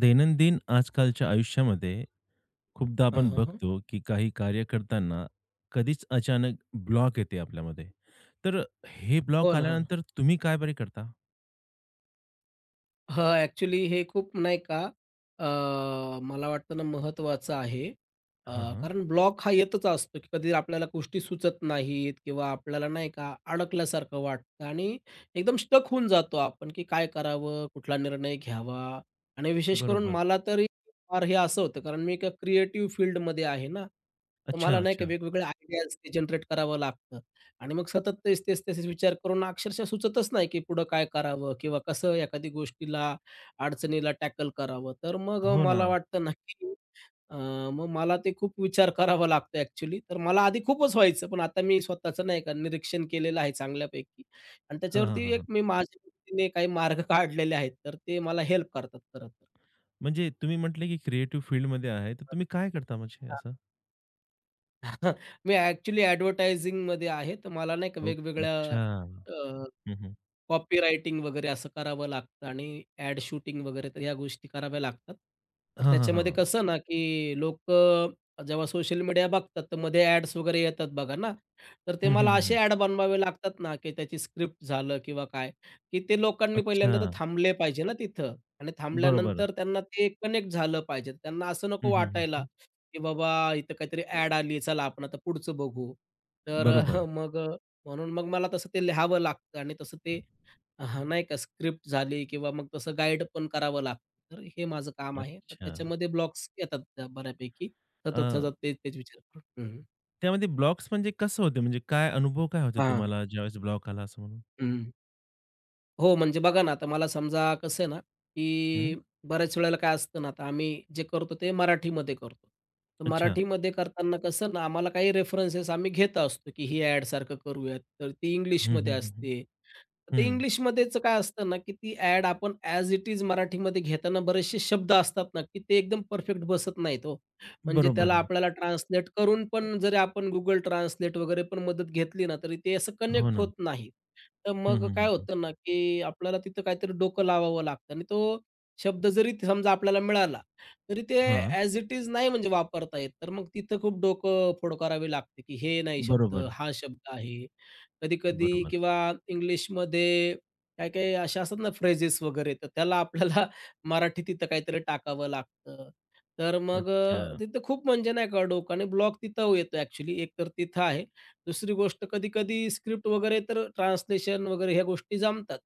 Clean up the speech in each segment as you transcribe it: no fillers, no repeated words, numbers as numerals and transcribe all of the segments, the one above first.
दैनंदिन आजकालच्या आयुष्यामध्ये खूपदा हां, आपण हां, हां. बघतो की काही कार्य करताना कधीच अचानक ब्लॉक येते आपल्यामध्ये. तर हे हो ब्लॉक ना, हो ना. आल्यानंतर तुम्ही काय बरे करता? हां, ॲक्चुअली हे खूप नाही का अ, मला वाटतं ना महत्त्वाचं आहे. अ, हां, हां. कारण ब्लॉक हा येतच असतो, की कधी आपल्याला गोष्टी सुचत नाहीत किंवा आपल्याला नाही का अडकल्यासारखं वाटतं आणि एकदम स्टक होऊन जातो आपण, की काय करावं, कुठला निर्णय घ्यावा आणि विशेष करून बरोबर. मला तरी फार हे असं होतं, कारण मी एका क्रिएटिव्ह फील्डमध्ये आहे ना, तर अच्छा, मला नाही का अच्छा. वेगवेगळ्या आयडियाज जनरेट करावं लागतं. आणि मग सतत तेच, तेच, तेच विचार करून अक्षरशः सुचतच नाही, की पुढं काय करावं किंवा कसं एखादी गोष्टीला, अडचणीला टॅकल करावं. तर मग हो ना. मला वाटतं ना, की अ, मग मला ते खूप विचार करावा लागतो ॲक्चुअली. तर मला आधी खूपच व्हायचं, पण आता मी स्वतःचं नाही का निरीक्षण केलेलं आहे चांगल्यापैकी आणि हां, हां, त्याच्यावरती हां, एक हां. मी माझ्या पद्धतीने काही मार्ग काढलेले आहेत. तर ते मला हेल्प करतात खरं तर. म्हणजे तुम्ही म्हटले की क्रिएटिव्ह फील्डमध्ये आहे, तर तुम्ही काय करता म्हणजे अच्छा. असं? मी ॲक्चुअली ॲडव्हर्टायझिंगमध्ये आहे, तर मला नाही का ओ वेगवेगळ्या अच्छा. हं, हं. कॉपी रायटिंग वगैरे असं करावं लागतं आणि ॲड शूटिंग वगैरे तर ह्या गोष्टी कराव्या लागतात. तर हां, हां, त्याच्यामध्ये हां. कसं ना, की लोकं जेव्हा सोशल मीडिया बघतात, तर मध्ये ॲड्स वगैरे येतात बघा ना, तर ते हं, हं, मला हं, असे हं. ॲड बनवावे लागतात ना, की त्याची स्क्रिप्ट झालं किंवा काय, की ते लोकांनी अच्छा. पहिल्यांदा तर थांबले पाहिजे ना तिथं आणि बरोबर. थांबल्यानंतर त्यांना ते कनेक्ट झालं पाहिजे. त्यांना असं नको हं, हं, हं, वाटायला, हं. की बाबा इथं काहीतरी ॲड आली, चला आपण आता पुढचं बघू. तर बरोबर. मग म्हणून मग मला तसं ते लिहावं लागतं आणि तसं ते हां, नाही का स्क्रिप्ट झाली किंवा मग तसं गाईड पण करावं लागतं. तर हे माझं काम आहे. तर अच्छा. त्याच्यामध्ये ब्लॉक्स येतात त्या बऱ्यापैकी. सतत, सतत तेच, तेच विचार करून. हं, त्यामध्ये ब्लॉक्स म्हणजे कसं होते? म्हणजे काय अनुभव काय होते हां. तुम्हाला ज्यावेळेस ब्लॉक आला असं म्हणून? हं. हो, म्हणजे बघा ना, आता मला समजा कसं आहे ना, हं. की बऱ्याच वेळेला काय असतं ना, आता आम्ही जे करतो ते मराठीमध्ये करतो. तर अच्छा. मराठीमध्ये करताना कसं ना, आम्हाला काही रेफरन्सेस आम्ही घेत असतो, की ही ॲडसारखं करूयात. तर ती हं, इंग्लिशमध्ये हं, हं, हं. असते. तर ते हं. इंग्लिशमध्येच काय असतं ना, की ती ॲड आपण ॲज इट इज मराठीमध्ये घेताना बरेचसे शब्द असतात ना, की ते एकदम परफेक्ट बसत नाहीत हो. म्हणजे त्याला बरोबर. आपल्याला ट्रान्सलेट करून पण जरी आपण Google Translate वगैरे पण मदत घेतली ना, तरी ते असं हो कनेक्ट ना. होत नाही. तर हं, मग हं, काय हं, हं. होतं ना, की आपल्याला तिथं काहीतरी डोकं लावावं लागतं आणि तो शब्द जरी ते समजा आपल्याला मिळाला, तरी ते हां. ॲज इट इज नाही म्हणजे वापरता येत. तर मग तिथं खूप डोकं फोड करावी लागते, की हे नाही शब्द, बरोबर, हा शब्द आहे. कधी-कधी बरोबर. किंवा इंग्लिशमध्ये काही-काही अशा असतात ना फ्रेजेस वगैरे, तर त्याला आपल्याला मराठी तिथं काहीतरी टाकावं लागतं. तर मग अच्छा. तिथं खूप म्हणजे नाही का डोकं आणि ब्लॉक तिथं येतो ॲक्चुअली. एकतर तिथं आहे दुसरी गोष्ट कधी-कधी स्क्रिप्ट वगैरे तर ट्रान्सलेशन वगैरे ह्या गोष्टी जमतात.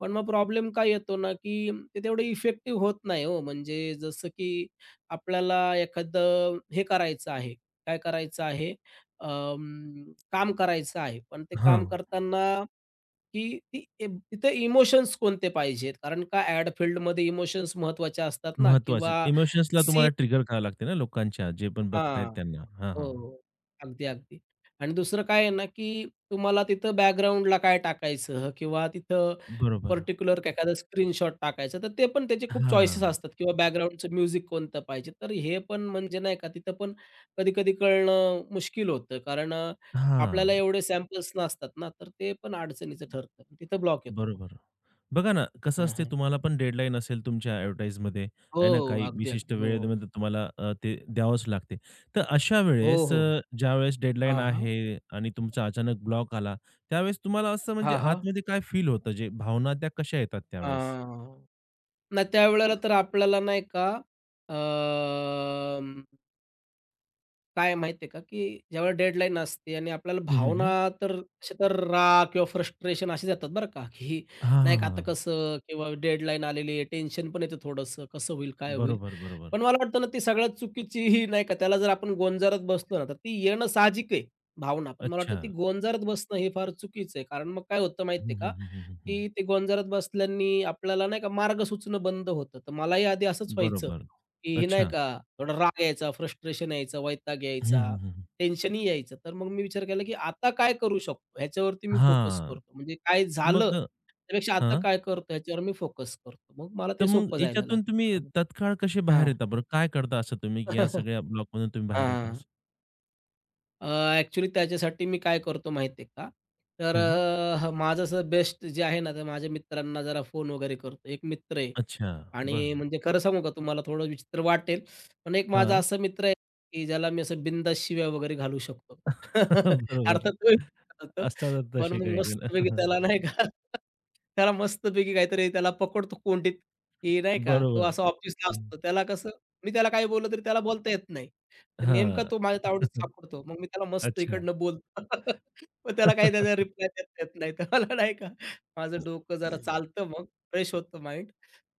पण मग प्रॉब्लेम काय येतो ना, की ते तेवढं इफेक्टिव्ह होत नाही हो. म्हणजे जसं की आपल्याला एखादं हे करायचं आहे, काय करायचं आहे, काम करायचं आहे. पण ते हां. काम करताना की ती इ तिथे इमोशन्स कोणते पाहिजेत? कारण का ॲड फील्डमध्ये इमोशन्स महत्त्वाचे असतात ना महत्त्वाचे किंवा इमोशन्सला तुम्हाला सीन ट्रिगर करावं लागते ना लोकांच्या, जे पण बघतायत त्यांना. हां, हां, हां. हो. अगदी, अगदी. आणि दुसरं काय आहे ना, की तुम्हाला तिथं बॅकग्राऊंडला काय टाकायचं किंवा तिथं बरोबर. पर्टिक्युलर एखादा स्क्रीनशॉट टाकायचं, तर ते पण त्याचे खूप चॉईसेस हां. असतात किंवा बॅकग्राऊंडचं म्युझिक कोणतं पाहिजे. तर हे पण म्हणजे नाही का, तिथं पण कधी-कधी कळणं मुश्किल होतं. कारण आपल्याला हां. एवढे सॅम्पल्स नसतात ना, तर ते पण अडचणीचं ठरतं. तिथं ब्लॉक येतो मग. बरोबर. बघा ना, कसं हां, असते हां. तुम्हाला पण डेडलाईन असेल तुमच्या ॲडव्हर्टाइजमध्ये, हो. आहे ना, काही अगदी, विशिष्ट अगदी. हो. वेळेमध्ये तुम्हाला ते द्यावंच लागते. तर अशा हो, वेळेस हो. ज्यावेळेस डेडलाईन हां, हां. आहे आणि तुमचा अचानक ब्लॉक आला, त्यावेळेस तुम्हाला असं म्हणजे हां, हां. आतमध्ये काय फील होतं? जे भावना त्या कशा येतात त्यावेळेस? हां. नाही त्यावेळेला तर आपल्याला नाही का अं, काय माहिती आहे का, की ज्यावेळेला डेडलाईन असते आणि आपल्याला हं, हं, हं. भावना तर अशा तर राग किंवा फ्रस्ट्रेशन असे जातात बरं का, की हां, नाही हां, का आता हां. कसं किंवा डेडलाईन आलेली आहे, टेन्शन पण येतं थोडंसं, कसं होईल, काय होईल? बरोबर, बरोबर. पण मला वाटतं ना, ती सगळ्यात चुकीची ही नाही का, त्याला जर आपण गोंजारत बसलो ना, तर ती येणं साहजिक आहे भावना. पण मला वाटतं अच्छा. ती गोंजारत बसणं हे फार चुकीचं आहे. कारण मग काय होतं हं, माहिती हं, का, हं, हं, हं, हं. की ते गोंजारत बसल्यानी आपल्याला नाही का मार्ग सुचणं बंद होतं. तर मलाही आधी असंच व्हायचं. बरोबर. की हे नाही अच्छा. का थोडा राग यायचा, फ्रस्ट्रेशन यायचं, वैताग हं, यायचा, हं, हं. टेन्शनही यायचं. तर मग मी विचार केला, की आता काय करू शकतो ह्याच्यावरती मी फोकस हां. करतो. म्हणजे काय झालं मग त्यापेक्षा आता काय करतो ह्याच्यावर मी फोकस करतो. मग मला तर ते मग सोपं जायला याच्यातून तुम्ही लागलं. तत्काळ कसे बाहेर हां. येता बरं? काय करता असं तुम्ही, की या सगळ्या ब्लॉकमधून तुम्ही बाहेर येता हां. असं? अ, त्याच्यासाठी मी काय करतो माहिती आहे का? तर हं. माझं असं बेस्ट जे आहे ना, तर माझ्या मित्रांना जरा फोन वगैरे करतो. एक मित्र आहे. अच्छा. आणि बरं. म्हणजे खरं सांगू का तुम्हाला थोडं विचित्र वाटेल, पण एक माझा हां. असा मित्र आहे, की ज्याला मी असं बिनधास्त शिव्या वगैरे घालू शकतो. बरोबर. अर्थात तोही होतो, असतात पण तसे मग काही जण. मस्तपैकी त्याला नाही का त्याला मस्तपैकी काहीतरी त्याला पकडतो कोंडीत, की नाही का तो बरोबर. असा ऑफिसला हं. असतो. त्याला कसं मी त्याला काही बोललं तरी त्याला बोलता येत नाही. तर नेमका हां. तो माझ्या तावडीत सापडतो. मग मी त्याला मस्त अच्छा. इकडनं बोलतो. मग त्याला काही त्याचा रिप्लाय देता येत नाही. तर मला नाही का माझं डोकं जरा चालतं मग, फ्रेश होतं माइंड.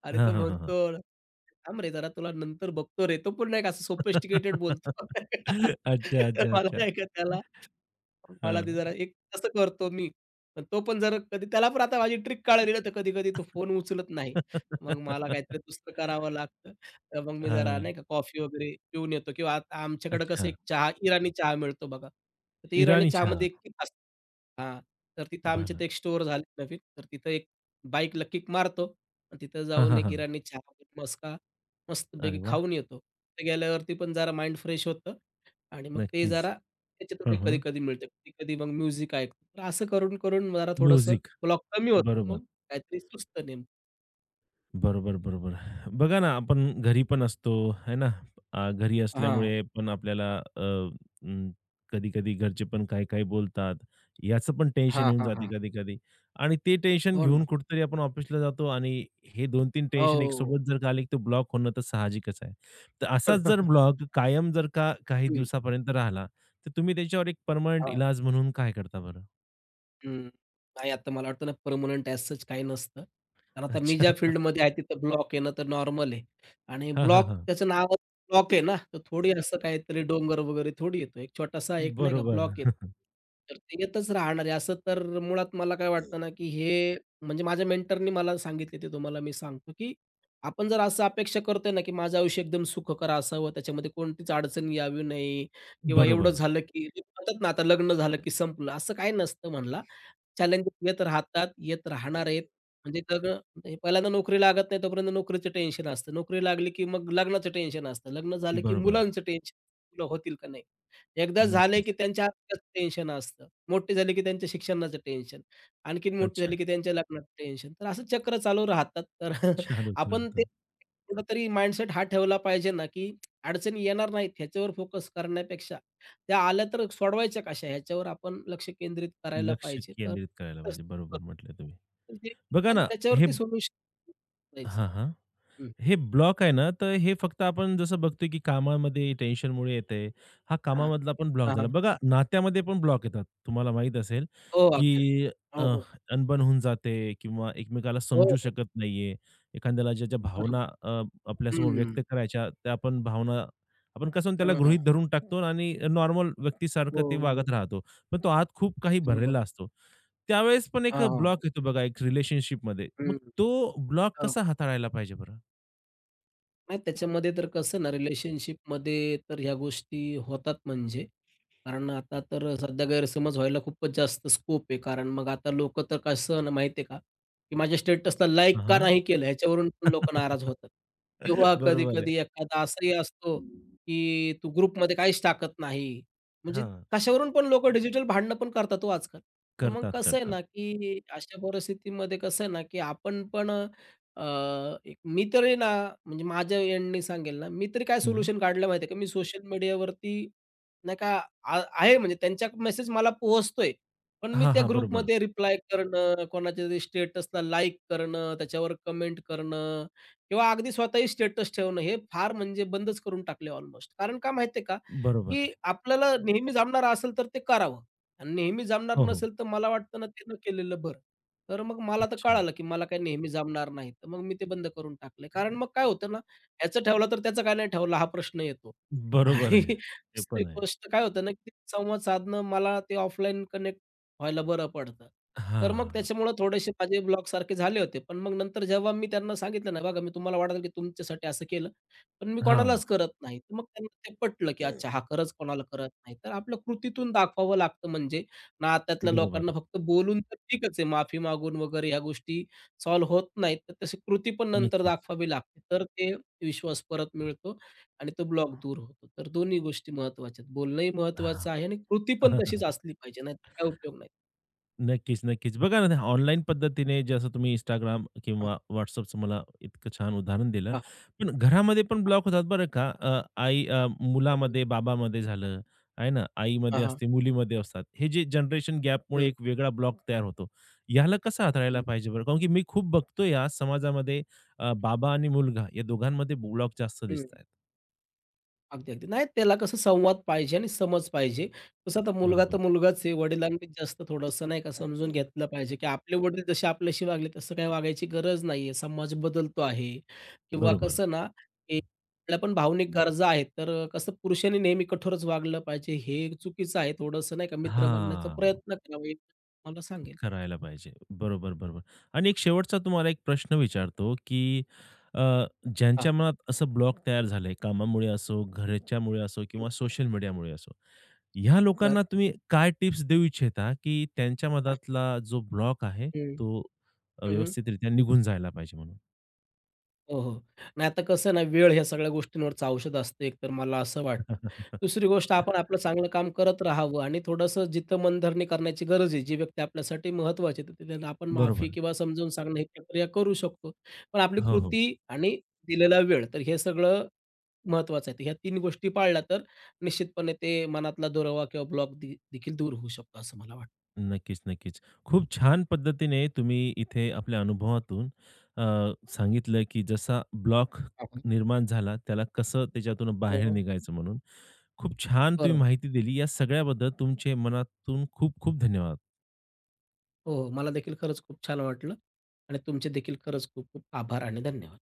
आणि हां, तो हां, हां, हां. म्हणतो, "थांब रे जरा तुला नंतर बघतो रे." तो पण नाही का असं सोफिस्टिकेटेड बोलतो. अच्छा, तर अच्छा, मला अच्छा. नाही का त्याला मला हां. ते जरा एक तसं करतो मी. पण तो पण जर कधी त्याला पण आता माझी ट्रिक कळाली ना, तर कधी-कधी तो फोन उचलत नाही. मग मला काहीतरी दुसरं करावं लागतं. तर मग मी जरा हां. नाही का कॉफी वगैरे पिऊन येतो किंवा आता आमच्याकडे कसं अच्छा. एक चहा, इराणी चहा मिळतो बघा. तर ते इराणी इराणी चहा. चहामध्ये एक हां. तर तिथं आमच्या बरं. ते एक स्टोअर झाले नवीन. तर तिथं एक बाईकला किक मारतो आणि तिथं हां, जाऊन हां, एक हां. इराणी चहा, वगैरे मस्का अरे मस्तपैकी वाह! खाऊन येतो. तिथे गेल्यावरती पण जरा माइंड फ्रेश होतं आणि मग ते नक्कीच. जरा त्याच्यातून हं, एक हं. कधी-कधी मिळतं. कधी-कधी मग म्युझिक ऐकतो. तर असं करून-करून जरा थोडंसं म्युझिक. ब्लॉक कमी होतो. बरोबर. मग काहीतरी सुचतं नेमकं. बरोबर, बरोबर. बघा ना, आपण घरी पण असतो, है ना? घरी हां. असल्यामुळे पण आपल्याला कधी-कधी घरचे पण काही-काही बोलतात. याचं पण टेन्शन हां, येऊन हां, जाते हां. कधी-कधी आणि ते टेन्शन हो घेऊन ना. कुठेतरी आपण ऑफिसला जातो आणि हे 2 तीन टेन्शन हो. एकसोबत जर का आले, तर ब्लॉक होणं तर साहजिकच आहे. तर असाच हां. जर ब्लॉक कायम जर का काही दिवसापर्यंत राहिला, तर तुम्ही त्याच्यावर एक पर्मनंट इलाज म्हणून काय करता बरं? हं. नाही आता मला वाटतं ना, पर्मनंट ॲज सच काही नसतं. कारण आता मी अच्छा. ज्या फील्डमध्ये आहे तिथं ब्लॉक येणं तर नॉर्मल आहे आणि हां, हां, ब्लॉक हां. त्याचं नावच ब्लॉक आहे ना, तर थोडी असं काहीतरी डोंगर वगैरे थोडी येतो. एक छोटासा एक नाही का बरोबर. ब्लॉक येतो. तर ते येतच राहणार आहे. असं तर मुळात मला काय वाटतं ना, की हे म्हणजे माझ्या मेंटरनी मला सांगितले ते तुम्हाला मी सांगतो, की आपण जर असं अपेक्षा करतोय ना, की माझं आयुष्य एकदम सुखकर असावं, त्याच्यामध्ये कोणतीच अडचण यावी नाही किंवा एवढं बरोबर, झालं, की म्हणतात ना, आता लग्न झालं, की संपलं असं काही नसतं म्हणला. चॅलेंजेस येत राहतात, येत राहणार आहेत. म्हणजे सगळं हे पहिल्यांदा नोकरी लागत नाही तोपर्यंत नोकरीचं टेन्शन असतं. नोकरी लागली, की मग लग्नाचं टेन्शन असतं. लग्न झालं, की बरोबर. मुलांचं टेन्शन, मुलं होतील का नाही? एकदा झाले, की नक्कीच. त्यांच्या अभ्यासाचं टेन्शन असतं. मोठे झाले, की त्यांच्या शिक्षणाचं टेन्शन. आणखीन मोठे अच्छा. झाले, की त्यांच्या लग्नाचं टेन्शन. तर असं चक्र चालू राहतात. तर चालूच आपण ते राहतं. कुठेतरी माइंडसेट हा ठेवला पाहिजे ना, की अडचणी येणार नाहीत ह्याच्यावर फोकस करण्यापेक्षा त्या आल्या तर सोडवायच्या कशा ह्याच्यावर आपण लक्ष केंद्रित करायला लक्ष पाहिजे. तर केंद्रित करायला पाहिजे. असतं. बरोबर म्हटलं तुम्ही. म्हणजे बघा आपण ना हे त्याच्यावरती सोल्युशन करायचं. हां, हां. हं, हे ब्लॉक आहे ना, तर हे फक्त आपण जसं हं. बघतोय की कामामध्ये टेन्शनमुळे येते. हा हां, कामामधला पण ब्लॉक झाला. हां. बघा नात्यामध्ये पण ब्लॉक येतात. तुम्हाला माहीत असेल हो, अगदी. की अ, हो, हो. अनबन होऊन जाते किंवा एकमेकाला हो, समजू हो. शकत नाहीये. एखाद्याला ज्याच्या भावना बरोबर. आपल्यासमोर हं. व्यक्त करायच्या त्या आपण भावना आपण कसं त्याला हां. गृहीत धरून टाकतो आणि नॉर्मल हो, व्यक्तीसारखं ते हो. वागत राहतो. पण तो आत खूप काही बरोबर. भरलेला असतो. त्यावेळेस पण एक हां, हां. ब्लॉक येतो बघा एक रिलेशनशिपमध्ये. मग हं. तो ब्लॉक कसा बरोबर. हाताळायला पाहिजे बरं? नाही त्याच्यामध्ये तर कसं ना, रिलेशनशिपमध्ये तर ह्या गोष्टी होतात म्हणजे. कारण आता तर सध्या गैरसमज व्हायला खूपच जास्त स्कोप आहे. कारण मग आता लोकं तर कसं ना माहिती आहे का, की माझ्या स्टेटसला लाईक हां, का हां. नाही केलं ह्याच्यावरून पण लोकं नाराज होतात. किंवा बरोबर आहे. कधी-कधी एखादा असाही असतो, की तू ग्रुपमध्ये काहीच टाकत नाही. म्हणजे हां. कशावरून पण लोकं डिजिटल भांडणं पण करतात हो आजकाल. तर मग करतात, कसं आहे करतात. ना, की अशा परिस्थितीमध्ये कसं आहे ना, की आपण पण अ, एक मी तर ना, म्हणजे माझ्या एंडनी सांगेल ना, मी तरी काय हं. सोल्युशन काढलं माहिती आहे का? मी सोशल मीडियावरती नाही का आहे म्हणजे त्यांचा मेसेज मला पोहोचतोय. पण मी हां, त्या हां. बरोबर. ग्रुपमध्ये रिप्लाय करणं, कोणाच्या तरी स्टेटसला लाईक करणं, त्याच्यावर कमेंट करणं किंवा अगदी स्वतःही स्टेटस ठेवणं हे फार म्हणजे बंदच करून टाकले ऑलमोस्ट. कारण का माहिती आहे का? बरोबर. की आपल्याला नेहमी जमणार असेल तर ते करावं आणि नेहमी जमणार हो, हो. नसेल तर मला वाटतं ना, ते न केलेलं बरं. तर मग मला तर अच्छा. कळालं, की मला काही नेहमी जमणार नाही. तर मग मी ते बंद करून टाकले. कारण मग काय होतं ना, ह्याचं ठेवलं तर त्याचं का नाही ठेवला हा प्रश्न येतो. बरोबर आणि आहे. ते दुसरी पण आहे. गोष्ट काय होतं ना, की संवाद साधणं मला ते ऑफलाईन कनेक्ट व्हायला बरं पडतं. तर मग हां. त्याच्यामुळं थोडेसे माझे ब्लॉकसारखे झाले होते. पण मग नंतर जेव्हा मी त्यांना सांगितलं ना, "बघा मी तुम्हाला वाटलं, की तुमच्यासाठी असं केलं, पण मी हां. कोणालाच करत नाही." तर मग त्यांना ते पटलं, की अच्छा हा खरंच कोणाला करत नाही. तर आपलं कृतीतून दाखवावं लागतं म्हणजे नात्यातल्या बरोबर. लोकांना फक्त बोलून तर ठीकच आहे, माफी मागून वगैरे ह्या गोष्टी सॉल्व्ह होत नाहीत, तर तशी कृती पण नंतर नक्कीच. दाखवावी लागते. तर ते विश्वास परत मिळतो आणि तो ब्लॉक दूर होतो. तर दोन्ही गोष्टी महत्त्वाच्या आहेत. बोलणंही हां. महत्त्वाचं आहे आणि कृती पण तशीच असली पाहिजे, नाहीतर काय उपयोग नाही. नक्कीच, नक्कीच. बघा ना, ऑनलाईन पद्धतीने जसं तुम्ही Instagram हां, किंवा WhatsAppचं मला इतकं छान उदाहरण दिलं. हां, हां. पण घरामध्ये पण ब्लॉक होतात बरं का. आई मुलामध्ये, बाबामध्ये झालं, आहे ना, हां, आईमध्ये हां. असते, मुलीमध्ये असतात. हे जे जनरेशन गॅपमुळे हं, एक वेगळा ब्लॉक तयार होतो. याला कसं हाताळायला हं, पाहिजे बरं? कारण की मी खूप बघतोय आज समाजामध्ये बाबा आणि मुलगा या दोघांमध्ये ब्लॉक जास्त हं. दिसतायत. अगदी, अगदी. नाही त्याला कसं संवाद पाहिजे आणि समज पाहिजे. तसं आता मुलगा तर बरोबर, मुलगाच आहे. वडिलांनी जास्त थोडंसं नाही का समजून घेतलं पाहिजे, की आपले वडील जसे आपल्याशी वागले तसं काही वागायची गरज नाहीये. समाज बदलतो आहे किंवा बरोबर. कसं ना, की आपल्या पण भावनिक गरजा आहेत. तर कसं पुरुषांनी नेहमी कठोरच वागलं पाहिजे हे चुकीचं आहे. थोडंसं नाही का मित्र बनण्याचा हां. प्रयत्न करावा, हे मला सांगेल. करायला पाहिजे. बरोबर, बरोबर. आणि एक शेवटचा तुम्हाला एक प्रश्न विचारतो, की अ, हां. ज्यांच्या मनात असं ब्लॉक तयार झालंय, कामामुळे असो, हं, घरच्यामुळे असो किंवा सोशल मीडियामुळे असो, ह्या लोकांना बरं. तुम्ही काय टिप्स देऊ इच्छिता, की त्यांच्या हां. मनातला जो ब्लॉक आहे, हं. तो व्यवस्थितरित्या निघून जायला पाहिजे म्हणून? हो, हो. नाही आता कसं ना, वेळ ह्या सगळ्या गोष्टींवरचं औषध असतं एक तर मला असं वाटतं. दुसरी गोष्ट आपण आपलं चांगलं काम करत राहावं आणि थोडंसं जिथं मनधरणी करण्याची गरज आहे, जी व्यक्ती आपल्यासाठी महत्वाची आहे, तर तिला आपण माफी बरोबर. किंवा समजावून सांगणं ही प्रक्रिया करू शकतो. पण आपली हो, हो. कृती आणि दिलेला वेळ तर हे सगळं महत्त्वाचं आहे. तर ह्या 3 गोष्टी पाळल्या तर निश्चितपणे ते मनातला दुरावा किंवा ब्लॉक देखील दूर होऊ शकतो असं मला वाटतं. नक्कीच, नक्कीच. खूप छान पद्धतीने तुम्ही इथे आपल्या अनुभवातून अ, सांगितलं, की जसा ब्लॉक निर्माण झाला, त्याला कसं त्याच्यातून हो, बाहेर हो. निघायचं म्हणून. खूप छान तुम्ही बरोबर. माहिती दिली. या सगळ्याबद्दल तुमचे मनातून खूप खूप धन्यवाद. हो, हो. मला देखील खरंच खूप छान वाटलं आणि तुमचे देखील खरंच खूप खूप आभार आणि धन्यवाद.